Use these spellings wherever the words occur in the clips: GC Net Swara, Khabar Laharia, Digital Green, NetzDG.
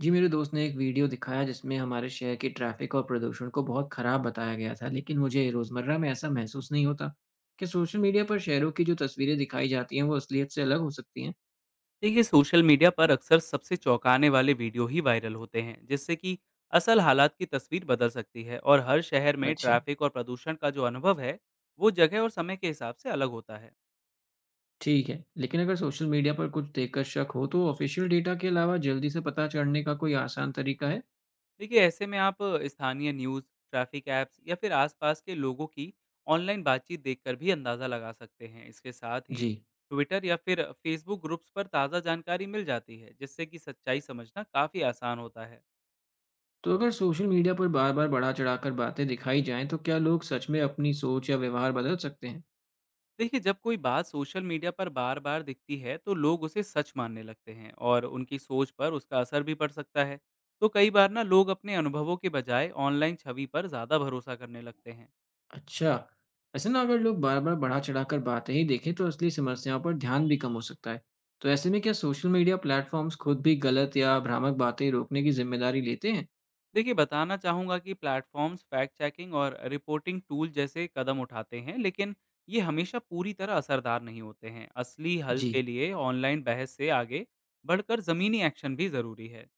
जी, मेरे दोस्त ने एक वीडियो दिखाया जिसमें हमारे शहर की ट्रैफिक और प्रदूषण को बहुत खराब बताया गया था, लेकिन मुझे रोजमर्रा में ऐसा महसूस नहीं होता। क्या सोशल मीडिया पर शहरों की जो तस्वीरें दिखाई जाती हैं, वो असलियत से अलग हो सकती हैं? देखिए सोशल मीडिया पर अक्सर सबसे चौंकाने वाले वीडियो ही वायरल होते हैं, जिससे कि असल हालात की तस्वीर बदल सकती है। और हर शहर में अच्छा। ट्रैफिक और प्रदूषण का जो अनुभव है, वो जगह और समय के हिसाब से अलग होता है। ठीक है, लेकिन अगर सोशल मीडिया पर कुछ देखकर शक हो, तो ऑफिशियल डेटा के अलावा जल्दी से पता चढ़ने का कोई आसान तरीका है? देखिए, ऐसे में आप स्थानीय न्यूज़, ट्रैफिक ऐप्स या फिर आसपास के लोगों की ऑनलाइन बातचीत देखकर भी अंदाज़ा लगा सकते हैं। इसके साथ ही जी। ट्विटर या फिर फेसबुक ग्रुप्स पर ताज़ा जानकारी मिल जाती है, जिससे कि सच्चाई समझना काफ़ी आसान होता है। तो अगर सोशल मीडिया पर बार-बार बढ़ा चढ़ाकर बातें दिखाई जाएं, तो क्या लोग सच में अपनी सोच या व्यवहार बदल सकते हैं? देखिए, जब कोई बात सोशल मीडिया पर बार बार दिखती है तो लोग उसे सच मानने लगते हैं, और उनकी सोच पर उसका असर भी पड़ सकता है। तो कई बार ना लोग अपने अनुभवों के बजाय ऑनलाइन छवि पर ज़्यादा भरोसा करने लगते हैं। अच्छा। ऐसे ना अगर लोग बार बार बढ़ा चढ़ाकर बातें ही देखें तो असली समस्याओं पर ध्यान भी कम हो सकता है। तो ऐसे में क्या सोशल मीडिया प्लेटफॉर्म्स खुद भी गलत या भ्रामक बातें रोकने की जिम्मेदारी लेते हैं? देखिए, बताना चाहूँगा कि प्लेटफॉर्म्स फैक्ट चेकिंग और रिपोर्टिंग टूल जैसे कदम उठाते हैं, लेकिन ये हमेशा पूरी तरह असरदार नहीं होते हैं। असली हल जी। के लिए ऑनलाइन बहस से आगे बढ़कर ज़मीनी एक्शन भी ज़रूरी है।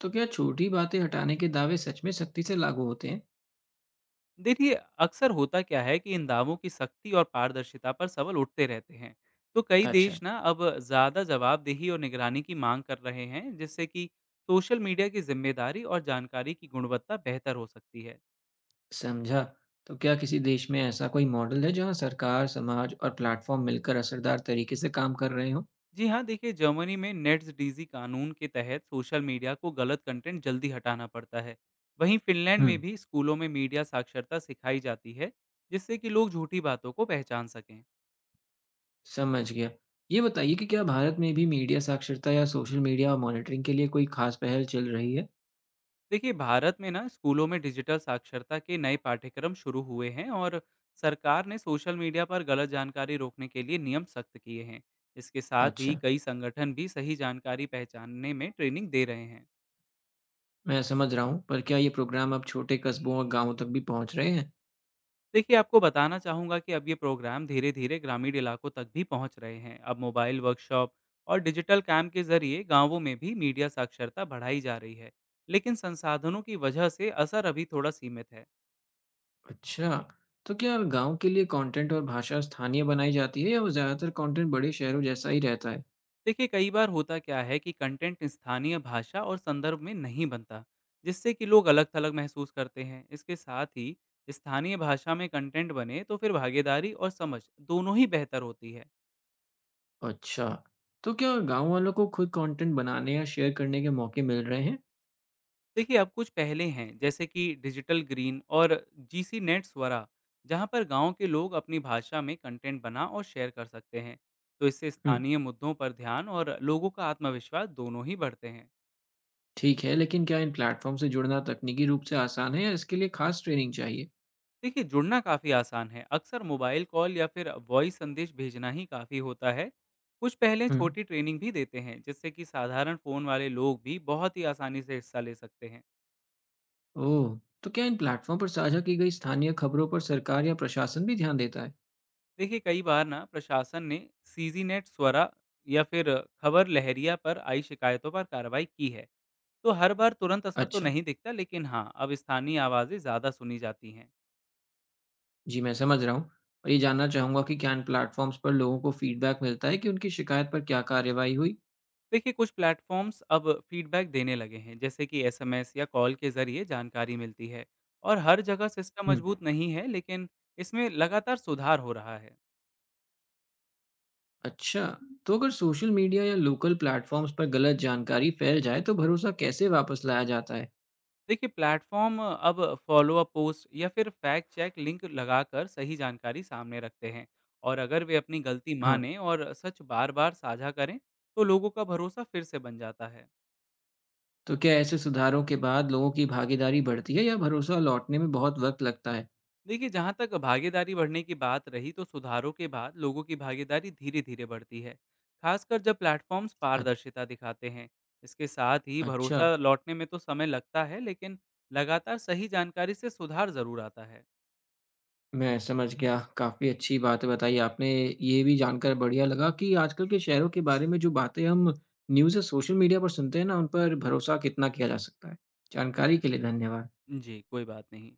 तो क्या छोटी बातें हटाने के दावे सच में सख्ती से लागू होते हैं? देखिए, अक्सर होता क्या है कि इन दावों की सख्ती और पारदर्शिता पर सवाल उठते रहते हैं। तो कई अच्छा। देश ना अब ज़्यादा जवाबदेही और निगरानी की मांग कर रहे हैं, जिससे कि सोशल मीडिया की जिम्मेदारी और जानकारी की गुणवत्ता बेहतर हो सकती है। समझा। तो क्या किसी देश में ऐसा कोई मॉडल है जहां सरकार समाज और प्लेटफॉर्म मिलकर असरदार तरीके से काम कर रहे हों? जी हाँ, देखिए जर्मनी में नेट्स डीजी कानून के तहत सोशल मीडिया को गलत कंटेंट जल्दी हटाना पड़ता है। वहीं फिनलैंड में हम्म। भी स्कूलों में मीडिया साक्षरता सिखाई जाती है, जिससे कि लोग झूठी बातों को पहचान सकें। समझ गया। ये बताइए कि क्या भारत में भी मीडिया साक्षरता या सोशल मीडिया मॉनिटरिंग के लिए कोई खास पहल चल रही है? देखिए, भारत में ना स्कूलों में डिजिटल साक्षरता के नए पाठ्यक्रम शुरू हुए हैं, और सरकार ने सोशल मीडिया पर गलत जानकारी रोकने के लिए नियम सख्त किए हैं। इसके साथ ही अच्छा, कई संगठन भी सही जानकारी पहचानने में ट्रेनिंग दे रहे हैं। मैं समझ रहा हूँ, पर क्या ये प्रोग्राम अब छोटे कस्बों और गाँवों तक भी पहुँच रहे हैं? देखिए, आपको बताना चाहूँगा कि अब ये प्रोग्राम धीरे धीरे ग्रामीण इलाकों तक भी पहुँच रहे हैं। अब मोबाइल वर्कशॉप और डिजिटल कैम्प के जरिए गांवों में भी मीडिया साक्षरता बढ़ाई जा रही है, लेकिन संसाधनों की वजह से असर अभी थोड़ा सीमित है। अच्छा, तो क्या गाँव के लिए कंटेंट और भाषा स्थानीय बनाई जाती है या वो ज़्यादातर कंटेंट बड़े शहरों जैसा ही रहता है? देखिए, कई बार होता क्या है कि कंटेंट स्थानीय भाषा और संदर्भ में नहीं बनता, जिससे कि लोग अलग थलग महसूस करते हैं। इसके साथ ही स्थानीय भाषा में कंटेंट बने तो फिर भागीदारी और समझ दोनों ही बेहतर होती है। अच्छा, तो क्या गाँव वालों को खुद कंटेंट बनाने या शेयर करने के मौके मिल रहे हैं? देखिए, अब कुछ पहले हैं, जैसे कि डिजिटल ग्रीन और जीसी नेट स्वरा, जहाँ पर गांव के लोग अपनी भाषा में कंटेंट बना और शेयर कर सकते हैं। तो इससे हुँ। स्थानीय मुद्दों पर ध्यान और लोगों का आत्मविश्वास दोनों ही बढ़ते हैं। ठीक है, लेकिन क्या इन प्लेटफ़ॉर्म से जुड़ना तकनीकी रूप से आसान है या इसके लिए खास ट्रेनिंग चाहिए? देखिए, जुड़ना काफ़ी आसान है। अक्सर मोबाइल कॉल या फिर वॉइस संदेश भेजना ही काफ़ी होता है। कुछ पहले हुँ। छोटी ट्रेनिंग भी देते हैं, जिससे कि साधारण फ़ोन वाले लोग भी बहुत ही आसानी से हिस्सा ले सकते हैं। ओह! तो क्या इन प्लेटफ़ॉर्म पर साझा की गई स्थानीय खबरों पर सरकार या प्रशासन भी ध्यान देता है? देखिए, कई बार ना प्रशासन ने सीजी नेट स्वरा या फिर खबर लहरिया पर आई शिकायतों पर कार्रवाई की है। तो हर बार तुरंत असर तो अच्छा। नहीं दिखता, लेकिन हाँ, अब स्थानीय आवाज़ें ज़्यादा सुनी जाती हैं। जी, मैं समझ रहा हूँ। और ये जानना चाहूँगा कि क्या इन प्लेटफ़ॉर्म्स पर लोगों को फीडबैक मिलता है कि उनकी शिकायत पर क्या कार्रवाई हुई? देखिए, कुछ प्लेटफॉर्म्स अब फीडबैक देने लगे हैं, जैसे कि एसएमएस या कॉल के जरिए जानकारी मिलती है। और हर जगह सिस्टम हुँ। मजबूत नहीं है, लेकिन इसमें लगातार सुधार हो रहा है। अच्छा, तो अगर सोशल मीडिया या लोकल प्लेटफ़ॉर्म्स पर गलत जानकारी फैल जाए तो भरोसा कैसे वापस लाया जाता है? देखिए, प्लेटफॉर्म अब फॉलोअप पोस्ट या फिर फैक्ट चेक लिंक लगाकर सही जानकारी सामने रखते हैं। और अगर वे अपनी गलती हाँ। माने और सच बार बार साझा करें, तो लोगों का भरोसा फिर से बन जाता है। तो क्या ऐसे सुधारों के बाद लोगों की भागीदारी बढ़ती है या भरोसा लौटने में बहुत वक़्त लगता है? देखिए, जहाँ तक भागीदारी बढ़ने की बात रही, तो सुधारों के बाद लोगों की भागीदारी धीरे धीरे बढ़ती है, खासकर जब प्लेटफॉर्म्स अ पारदर्शिता दिखाते हैं। इसके साथ ही अच्छा। भरोसा लौटने में तो समय लगता है, लेकिन लगातार सही जानकारी से सुधार जरूर आता है। मैं समझ गया। काफ़ी अच्छी बातें बताई आपने। ये भी जानकर बढ़िया लगा कि आजकल के शहरों के बारे में जो बातें हम न्यूज़ या सोशल मीडिया पर सुनते हैं ना, उन पर भरोसा कितना किया जा सकता है। जानकारी के लिए धन्यवाद। जी, कोई बात नहीं।